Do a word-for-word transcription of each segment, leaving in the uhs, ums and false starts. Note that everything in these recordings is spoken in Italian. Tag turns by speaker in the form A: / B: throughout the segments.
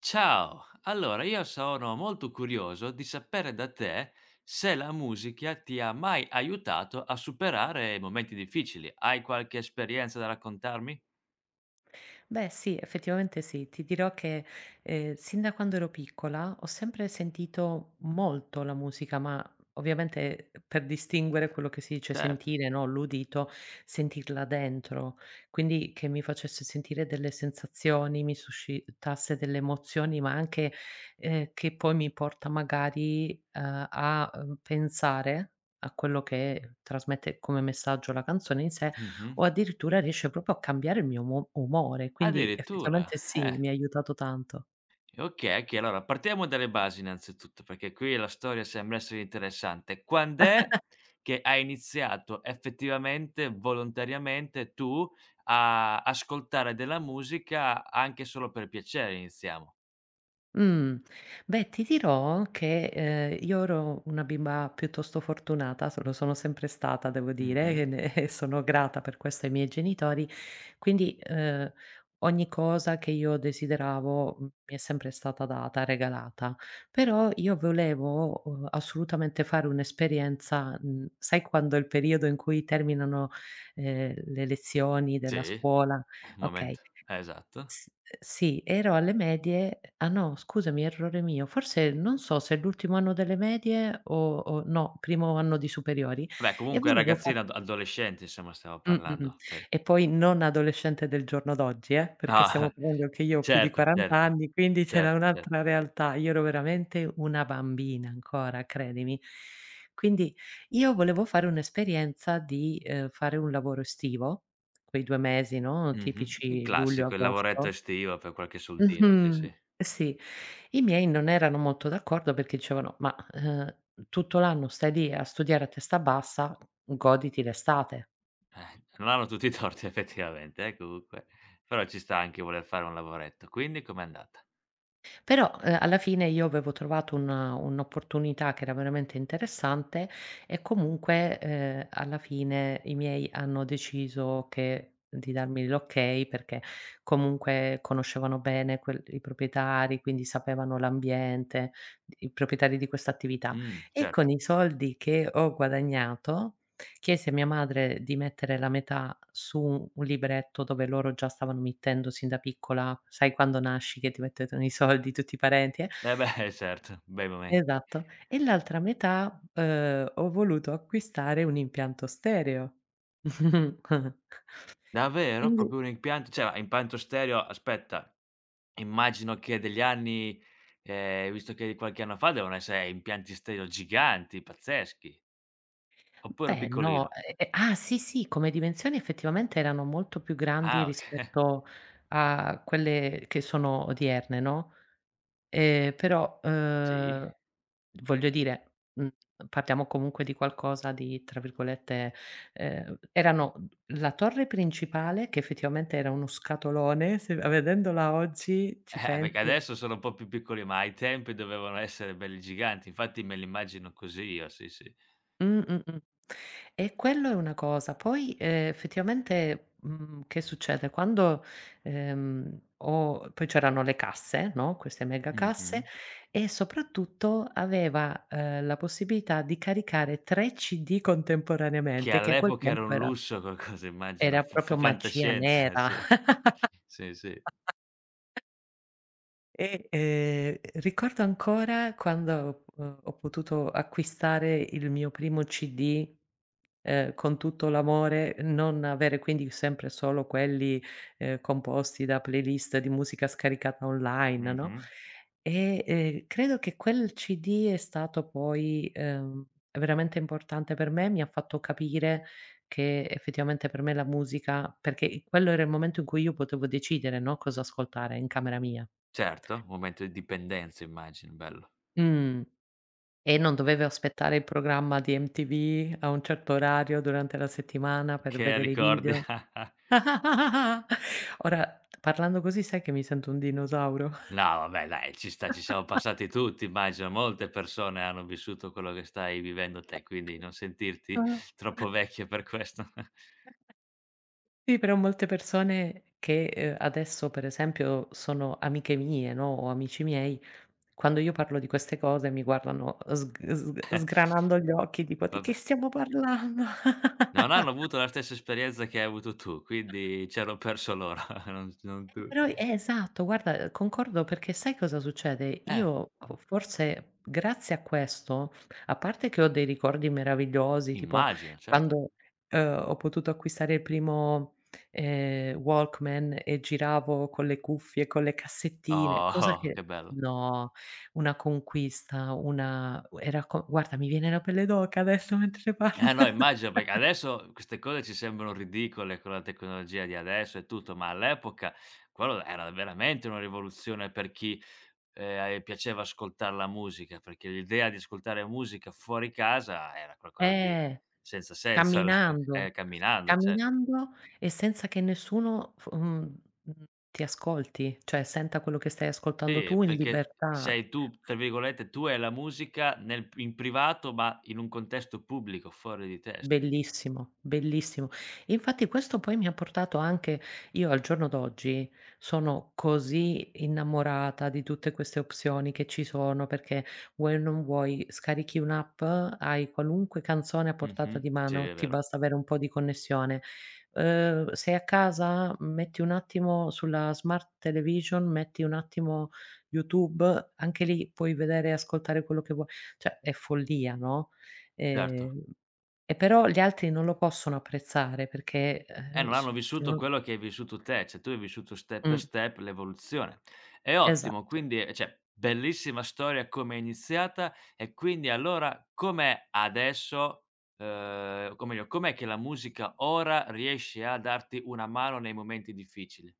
A: Ciao, allora io sono molto curioso di sapere da te se la musica ti ha mai aiutato a superare momenti difficili. Hai qualche esperienza da raccontarmi?
B: Beh sì, effettivamente sì. Ti dirò che, ehm, sin da quando ero piccola ho sempre sentito molto la musica, ma ovviamente eh, per distinguere quello che si dice
A: Certo.
B: sentire, no, l'udito, sentirla dentro. Quindi che mi facesse sentire delle sensazioni, mi suscitasse delle emozioni, ma anche, ehm, che poi mi porta magari, ehm, a, uhm, pensare a quello che trasmette come messaggio la canzone in sé
A: Mh-mh.
B: o addirittura riesce proprio a cambiare il mio umo umore. Quindi
A: Addirittura.
B: effettivamente sì, mi ha aiutato tanto.
A: Okay, okay, allora partiamo dalle basi innanzitutto, perché qui la storia sembra essere interessante. Quand'è che hai iniziato effettivamente, volontariamente, tu a ascoltare della musica anche solo per piacere? Iniziamo.
B: Mh. Beh, ti dirò che, ehm, io ero una bimba piuttosto fortunata, so lo sono sempre stata devo dire,
A: Mh-mh.
B: e ne e sono grata per questo ai miei genitori. Quindi, ehm, ogni cosa che io desideravo, mhmm, mi è sempre stata data, regalata. Però io volevo, uhm, assolutamente fare un'esperienza, mhmm, sai quando è il periodo in cui terminano, ehm, le lezioni della
A: Sì. Un
B: scuola?
A: momento,
B: Okay.
A: eh, esatto.
B: S sì, ero alle medie. Ah no, scusami, errore mio, forse non so se è l'ultimo anno delle medie o o no, primo anno di superiori.
A: Vabbè
B: E
A: comunque
B: volevo fa
A: ragazzina, ad adolescente insomma stiamo
B: mh, mh, mh.
A: parlando, okay.
B: E poi non adolescente del giorno d'oggi, eh, perché stiamo
A: Ah,
B: parlando che io ho più di
A: certo,
B: quaranta
A: certo,
B: anni, quindi c'era
A: certo, cer
B: un'altra realtà. Io ero veramente una bambina ancora, credimi. Quindi io volevo fare un'esperienza di, ehm, fare un lavoro estivo, quei due mesi, no,
A: mh-mh, il
B: tipici
A: classico, il lavoretto
B: luglio-agosto.
A: estivo per qualche soldino, sì,
B: Mh-mh.
A: sì.
B: Sì. I miei non erano molto d'accordo perché dicevano: "Ma, ehm, tutto l'anno stai lì a studiare a testa bassa, goditi l'estate".
A: Eh, non hanno tutti i torti effettivamente eh, comunque, però ci sta anche voler fare un lavoretto. Quindi com'è andata?
B: Però, ehm, alla fine io avevo trovato un un'opportunità che era veramente interessante e comunque, ehm, alla fine i miei hanno deciso che di darmi l'ok, perché comunque conoscevano bene quel i proprietari, quindi sapevano l'ambiente, i proprietari di questa attività.
A: Mh,
B: E
A: certo.
B: con i soldi che ho guadagnato, chiese a mia madre di mettere la metà su un libretto dove loro già stavano mettendo sin da piccola, sai quando nasci che ti mettono i soldi tutti i parenti, eh
A: Eh beh, certo, bei momenti.
B: esatto, e l'altra metà, uhm, ho voluto acquistare un impianto stereo.
A: Davvero?
B: Quindi
A: Proprio un impianto cioè ma impianto stereo aspetta. Immagino che degli anni ehm, visto che è di qualche anno fa, devono essere impianti stereo giganti, pazzeschi, oppure
B: beh no,
A: piccolino?
B: ehm, ah sì, sì, come dimensioni effettivamente erano molto più
A: Ah
B: grandi
A: oka
B: rispetto a quelle che sono odierne, no. Ehm, però,
A: sì.
B: uhm, voglio dire, mhmm, parliamo comunque di qualcosa di, tra virgolette, ehm, erano la torre principale che effettivamente era uno scatolone, se vedendola oggi ci
A: Eh, perché
B: pensi.
A: adesso sono un po' più piccoli, ma ai tempi dovevano essere belli giganti, infatti me li immagino così io, sì, sì.
B: Mh, mh, mh. E quello è una cosa. Poi, ehm, effettivamente, mhmm, che succede? Quando, ehm, ho poi c'erano le casse, no, queste mega
A: Mh-mh.
B: casse, e soprattutto aveva, ehm, la possibilità di caricare tre C D
A: Che
B: contemporaneamente, che a quel
A: all'epoca era
B: tempo
A: un
B: era
A: lusso qualcosa immagino,
B: era
A: fu fu
B: proprio magia
A: fantascienza,
B: nera.
A: sì. Sì, sì.
B: E, ehm, ricordo ancora quando, uhm, ho potuto acquistare il mio primo C D, ehm, con tutto l'amore, non avere quindi sempre solo quelli, ehm, composti da playlist di musica scaricata online, no,
A: Mh-mh.
B: e, ehm, credo che quel C D è stato poi, ehm, veramente importante per me, mi ha fatto capire che effettivamente per me la musica, perché i quello era il momento in cui io potevo decidere, no, cosa ascoltare in camera mia.
A: Certo, momento di dipendenza immagino, bello.
B: Mh. E non dovevo aspettare il programma di M T V a un certo orario durante la settimana per
A: Che
B: vedere i
A: ricordi.
B: video. Ora, parlando così sai che mi sento un dinosauro.
A: No, vabbè dai, ci sta, ci siamo passati tutti immagino, molte persone hanno vissuto quello che stai vivendo te, quindi non sentirti
B: Ah.
A: troppo vecchia per questo.
B: Sì, però molte persone che, ehm, adesso per esempio sono amiche mie, no, o amici miei, quando io parlo di queste cose mi guardano sg sg sgranando gli occhi tipo: "Di
A: Vabbè.
B: che stiamo parlando?"
A: Non hanno avuto la stessa esperienza che hai avuto tu, quindi c'hanno perso loro, non non
B: Eh,
A: tu.
B: però eh, esatto, guarda, concordo perché sai cosa succede?
A: Eh,
B: Io, o forse grazie a questo, a parte che ho dei ricordi meravigliosi, tipo
A: immagino, certo.
B: quando, ehm, ho potuto acquistare il primo, ehm, Walkman e giravo con le cuffie, con le cassettine, cosa
A: Oh,
B: che,
A: che bello.
B: no, una conquista, una era co guarda mi viene la pelle d'oca adesso mentre ne parlo.
A: Eh no, immagino perché adesso queste cose ci sembrano ridicole con la tecnologia di adesso e tutto, ma all'epoca quello era veramente una rivoluzione per chi Ehm, a e piaceva ascoltar la musica, perché l'idea di ascoltare musica fuori casa era qualcosa di
B: Eh.
A: senza senso all'epoca eh,
B: Camminando,
A: camminando, cer
B: camminando e senza che nessuno, f mhmm, mhmm, ti ascolti, cioè senta quello che stai ascoltando
A: sì,
B: tu in
A: perché
B: libertà.
A: sei tu, tra virgolette, tu e la musica nel p in privato, ma in un contesto pubblico fuori di testa.
B: Bellissimo, bellissimo. Infatti questo poi mi ha portato, anche io al giorno d'oggi sono così innamorata di tutte queste opzioni che ci sono, perché vuoi o non vuoi scarichi un'app, hai qualunque canzone a portata
A: Mh-mh.
B: di
A: Sì,
B: mano,
A: è
B: ti
A: vero.
B: basta avere un po' di connessione. Uhm, sei a casa, metti un attimo sulla smart television, metti un attimo YouTube, anche lì puoi vedere e ascoltare quello che vuoi. Cioè è follia, no,
A: Certo.
B: ehm e però gli altri non lo possono apprezzare perché,
A: Eh,
B: ehm,
A: non hanno
B: s se
A: vissuto
B: non,
A: quello che hai vissuto te, cioè tu hai vissuto step per
B: mh,
A: step l'evoluzione. È ottimo,
B: esatto.
A: quindi ehm, cioè bellissima storia come è iniziata e quindi allora com'è adesso ehm, o meglio, com'è che la musica ora riesce a darti una mano nei momenti difficili?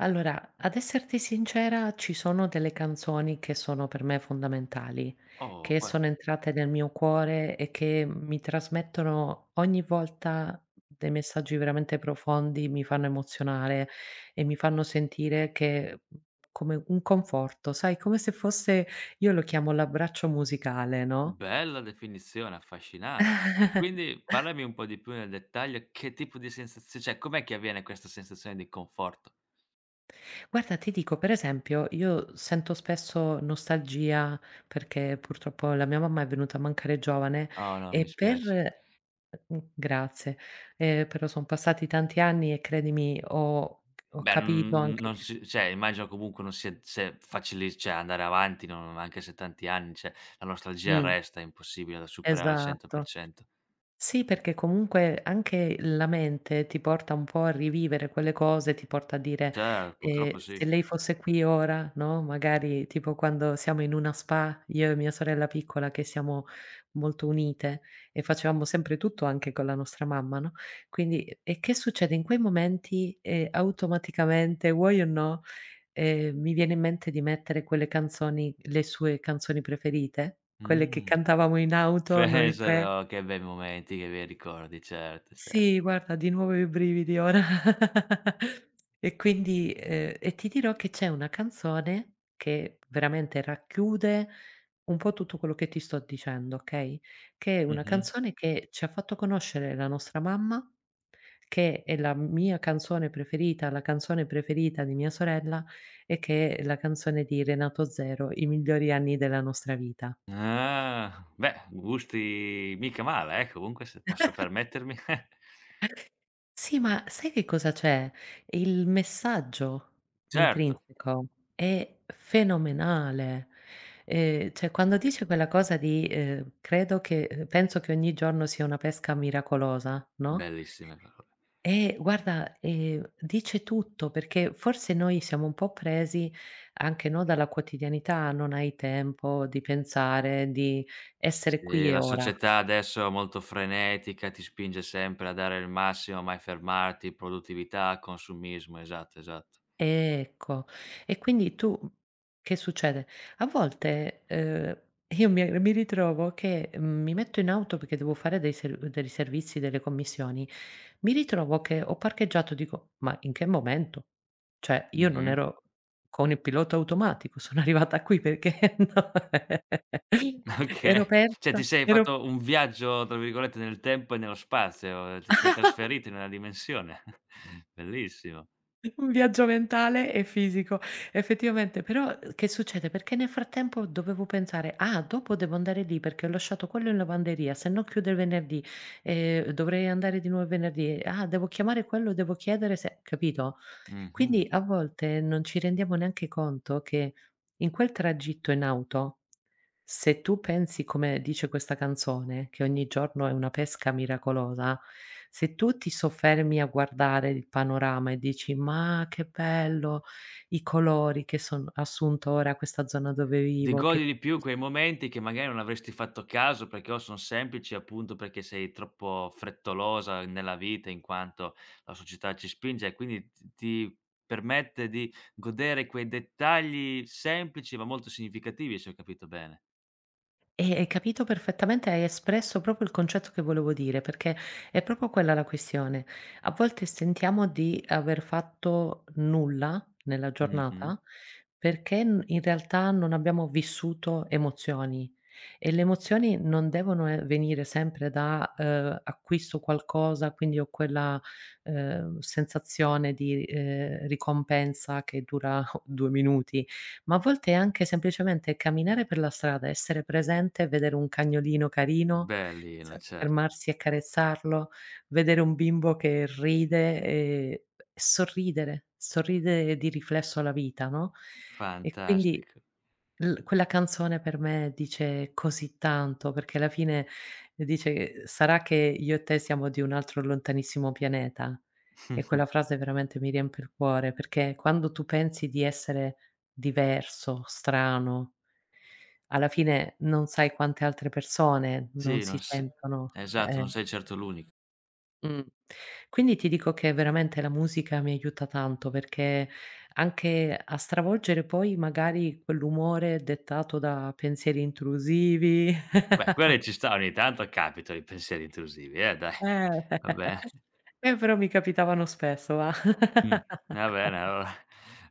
B: Allora, ad esserti sincera, ci sono delle canzoni che sono per me fondamentali,
A: Oh,
B: che
A: gua
B: sono entrate nel mio cuore e che mi trasmettono ogni volta dei messaggi veramente profondi, mi fanno emozionare e mi fanno sentire, che mhmm, come un conforto, sai, come se fosse, io lo chiamo l'abbraccio musicale, no?
A: bella definizione, affascinante. E quindi parlami un po' di più nel dettaglio che tipo di sensazio cioè com'è che avviene questa sensazione di conforto?
B: Guarda, ti dico, per esempio, io sento spesso nostalgia perché purtroppo la mia mamma è venuta a mancare giovane
A: Oh no, mi
B: e
A: spiace.
B: per mh, grazie, eh, però sono passati tanti anni e credimi, ho, ho
A: Beh,
B: capito
A: n
B: anche
A: non
B: che...
A: si cioè immagino comunque non sia se facili cioè andare avanti non anche se tanti anni, cioè la nostalgia
B: Mm,
A: resta, è impossibile da superare al
B: esatto.
A: cento per cento.
B: Sì, perché comunque anche la mente ti porta un po' a rivivere quelle cose, ti porta a dire,
A: Cer
B: ehm:
A: purtroppo sì.
B: "Se lei fosse qui ora", no, magari tipo quando siamo in una spa, io e mia sorella piccola che siamo molto unite e facevamo sempre tutto anche con la nostra mamma, no, quindi e che succede in quei momenti, ehm, automaticamente, vuoi o no, ehm, mi viene in mente di mettere quelle canzoni le sue canzoni preferite, quelle che
A: Mh.
B: cantavamo in auto noi tre.
A: Pensalo, che bei momenti, che bei ricordi, certo, cer
B: Sì, guarda, di nuovo i brividi ora. E quindi ehm, e ti dirò che c'è una canzone che veramente racchiude un po' tutto quello che ti sto dicendo, okay, che è una
A: mh-mh.
B: canzone che ci ha fatto conoscere la nostra mamma, che è la mia canzone preferita, la canzone preferita di mia sorella e che è la canzone di Renato Zero, "I migliori anni della nostra vita".
A: Ah, beh, gusti mica male eh, comunque se posso permettermi.
B: Sì, ma sai che cosa c'è? Il messaggio
A: Certo,
B: intrinseco è fenomenale. Ehm, cioè quando dice quella cosa di, ehm: "Credo che ehm, penso che ogni giorno sia una pesca miracolosa", no,
A: bellissime parole.
B: eh, guarda, ehm, dice tutto, perché forse noi siamo un po' presi anche, no, dalla quotidianità, non hai tempo di pensare, di essere
A: Sì,
B: qui e
A: la
B: ora.
A: società adesso è molto frenetica, ti spinge sempre a dare il massimo, mai fermarti, produttività, consumismo, esatto, esatto.
B: Ecco. E quindi tu, che succede? A volte, ehm, io mi mi ritrovo che, mhmm, mi metto in auto perché devo fare dei serv dei servizi, delle commissioni, mi ritrovo che ho parcheggiato, dico: "Ma in che momento?" Cioè io non
A: Mh-mh.
B: ero con il pilota automatico, sono arrivata qui perché no ero
A: Okay. Cioè ti
B: persa,
A: sei
B: ero
A: fatto un viaggio, tra virgolette, "nel tempo e nello spazio", ti sei trasferito in una dimensione. Bellissimo.
B: un viaggio mentale e fisico, effettivamente. Però, uhm, che succede? Perché nel frattempo dovevo pensare: "Ah, dopo devo andare lì perché ho lasciato quello in lavanderia, se no chiude il venerdì, ehm, dovrei andare di nuovo il venerdì. Ah, devo chiamare quello, devo chiedere se", capito?
A: Mh-mh.
B: Quindi a volte non ci rendiamo neanche conto che in quel tragitto in auto, se tu pensi, come dice questa canzone, che ogni giorno è una pesca miracolosa, se tu ti soffermi a guardare il panorama e dici: "Ma che bello i colori che son assunto ora questa zona dove
A: Ti
B: vivo,
A: godi
B: che".
A: di più quei momenti che magari non avresti fatto caso perché o son semplici, appunto, perché sei troppo frettolosa nella vita in quanto la società ci spinge e quindi t ti permette di godere quei dettagli semplici, ma molto significativi, se ho capito bene.
B: Eh, hai capito perfettamente, hai espresso proprio il concetto che volevo dire, perché è proprio quella la questione. A volte sentiamo di aver fatto nulla nella
A: Mh-mh.
B: giornata, perché n- in realtà non abbiamo vissuto emozioni, e le emozioni non devono, eh, venire sempre da, eh, acquisto qualcosa, quindi ho quella, eh, sensazione di, eh, ricompensa che dura due minuti, ma a volte è anche semplicemente camminare per la strada, essere presente, vedere un cagnolino carino,
A: Bellina,
B: s
A: certo.
B: fermarsi e carezzarlo, vedere un bimbo che ride e sorridere, sorridere di riflesso alla vita, no, e quindi
A: Fantastico.
B: l quella canzone per me dice così tanto, perché alla fine dice che: "Sarà che io e te siamo di un altro lontanissimo pianeta?" E quella frase veramente mi riempie il cuore, perché quando tu pensi di essere diverso, strano, alla fine non sai quante altre persone non
A: Sì, non
B: si
A: s
B: sentono,
A: esatto, non
B: eh.
A: sei certo l'unico.
B: Mh. Quindi ti dico che veramente la musica mi aiuta tanto, perché anche a stravolgere poi magari quell'umore dettato da pensieri intrusivi.
A: Beh,
B: Eh.
A: quelle ci sta, ogni tanto capitano i pensieri intrusivi, eh, dai. Vabbè.
B: Eh, però mi capitavano spesso va.
A: Mh, va bene allora.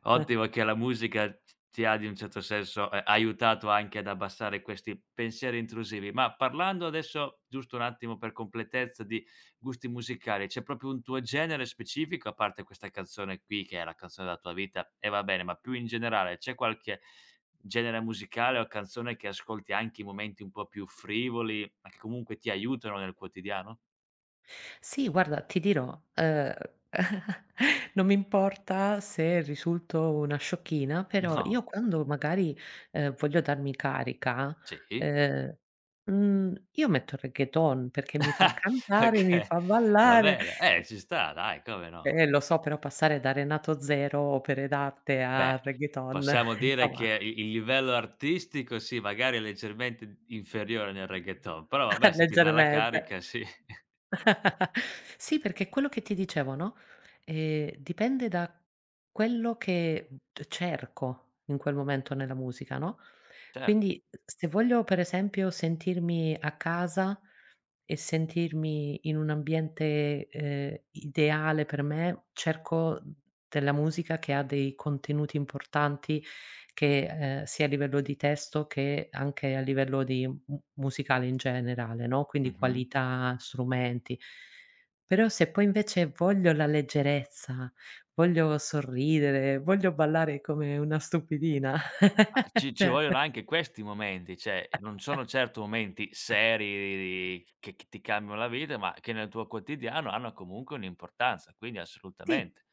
A: Ottimo che la musica t ti ha, di un certo senso, ehm, aiutato anche ad abbassare questi pensieri intrusivi. Ma parlando adesso, giusto un attimo per completezza, di gusti musicali, c'è proprio un tuo genere specifico, a parte questa canzone qui, che è la canzone della tua vita e va bene, ma più in generale c'è qualche genere musicale o canzone che ascolti anche in momenti un po' più frivoli, ma che comunque ti aiutano nel quotidiano?
B: Sì, guarda, ti dirò, ehm, non mi importa se risulto una sciocchina, però
A: No.
B: io quando magari, ehm, voglio darmi carica,
A: Sì?
B: ehm, mhmm, io metto il reggaeton perché mi fa cantare, mi
A: Okay,
B: fa
A: va
B: ballare.
A: bene. Eh, ci sta dai, come no.
B: Eh, lo so, però passare da Renato Zero, opere d'arte, a
A: Beh,
B: reggaeton,
A: possiamo dire
B: insomma,
A: che i il livello artistico sì, magari è leggermente inferiore nel reggaeton, però vabbè se ti dà la
B: leggermente.
A: carica sì.
B: Sì, perché è quello che ti dicevo, no, ehm, dipende da quello che c cerco in quel momento nella musica, no,
A: Certo.
B: quindi se voglio per esempio sentirmi a casa e sentirmi in un ambiente, ehm, ideale per me, cerco della musica che ha dei contenuti importanti, che, ehm, sia a livello di testo che anche a livello di mu musicale in generale, no, quindi
A: Mh-mh.
B: qualità, strumenti. Però se poi invece voglio la leggerezza, voglio sorridere, voglio ballare come una stupidina,
A: Ma ci ci
B: cioè,
A: vogliono anche questi momenti, cioè non sono certo momenti seri che che ti cambiano la vita, ma che nel tuo quotidiano hanno comunque un'importanza, quindi
B: sì,
A: assolutamente.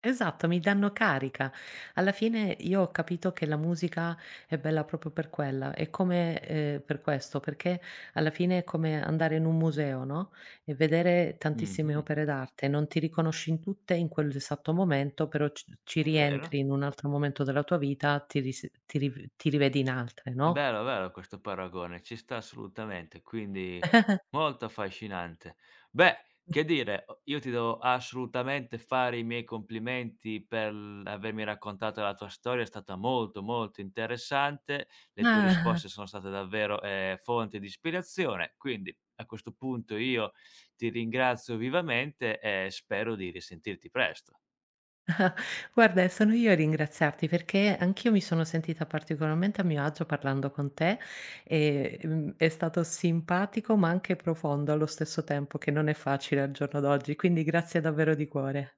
B: esatto, mi danno carica. Alla fine io ho capito che la musica è bella proprio per quella, è come, ehm, per questo, perché alla fine è come andare in un museo, no, e vedere tantissime
A: Mh-mh.
B: opere d'arte, non ti riconosci in tutte in quell'esatto momento, però c ci
A: È vero.
B: rientri in un altro momento della tua vita, ti ris ti ri ti rivedi in altre, no?
A: Bello, bello questo paragone, ci sta assolutamente, quindi molto affascinante. Beh, che dire, o io ti devo assolutamente fare i miei complimenti per l avermi raccontato la tua storia, è stata molto, molto interessante. Le tue
B: Ah,
A: risposte sono state davvero, ehm, fonte di ispirazione, quindi a questo punto io ti ringrazio vivamente e spero di risentirti presto.
B: guarda, sono io a ringraziarti perché anch'io mi sono sentita particolarmente a mio agio parlando con te e, mhmm, è stato simpatico, ma anche profondo allo stesso tempo, che non è facile al giorno d'oggi, quindi grazie davvero di cuore.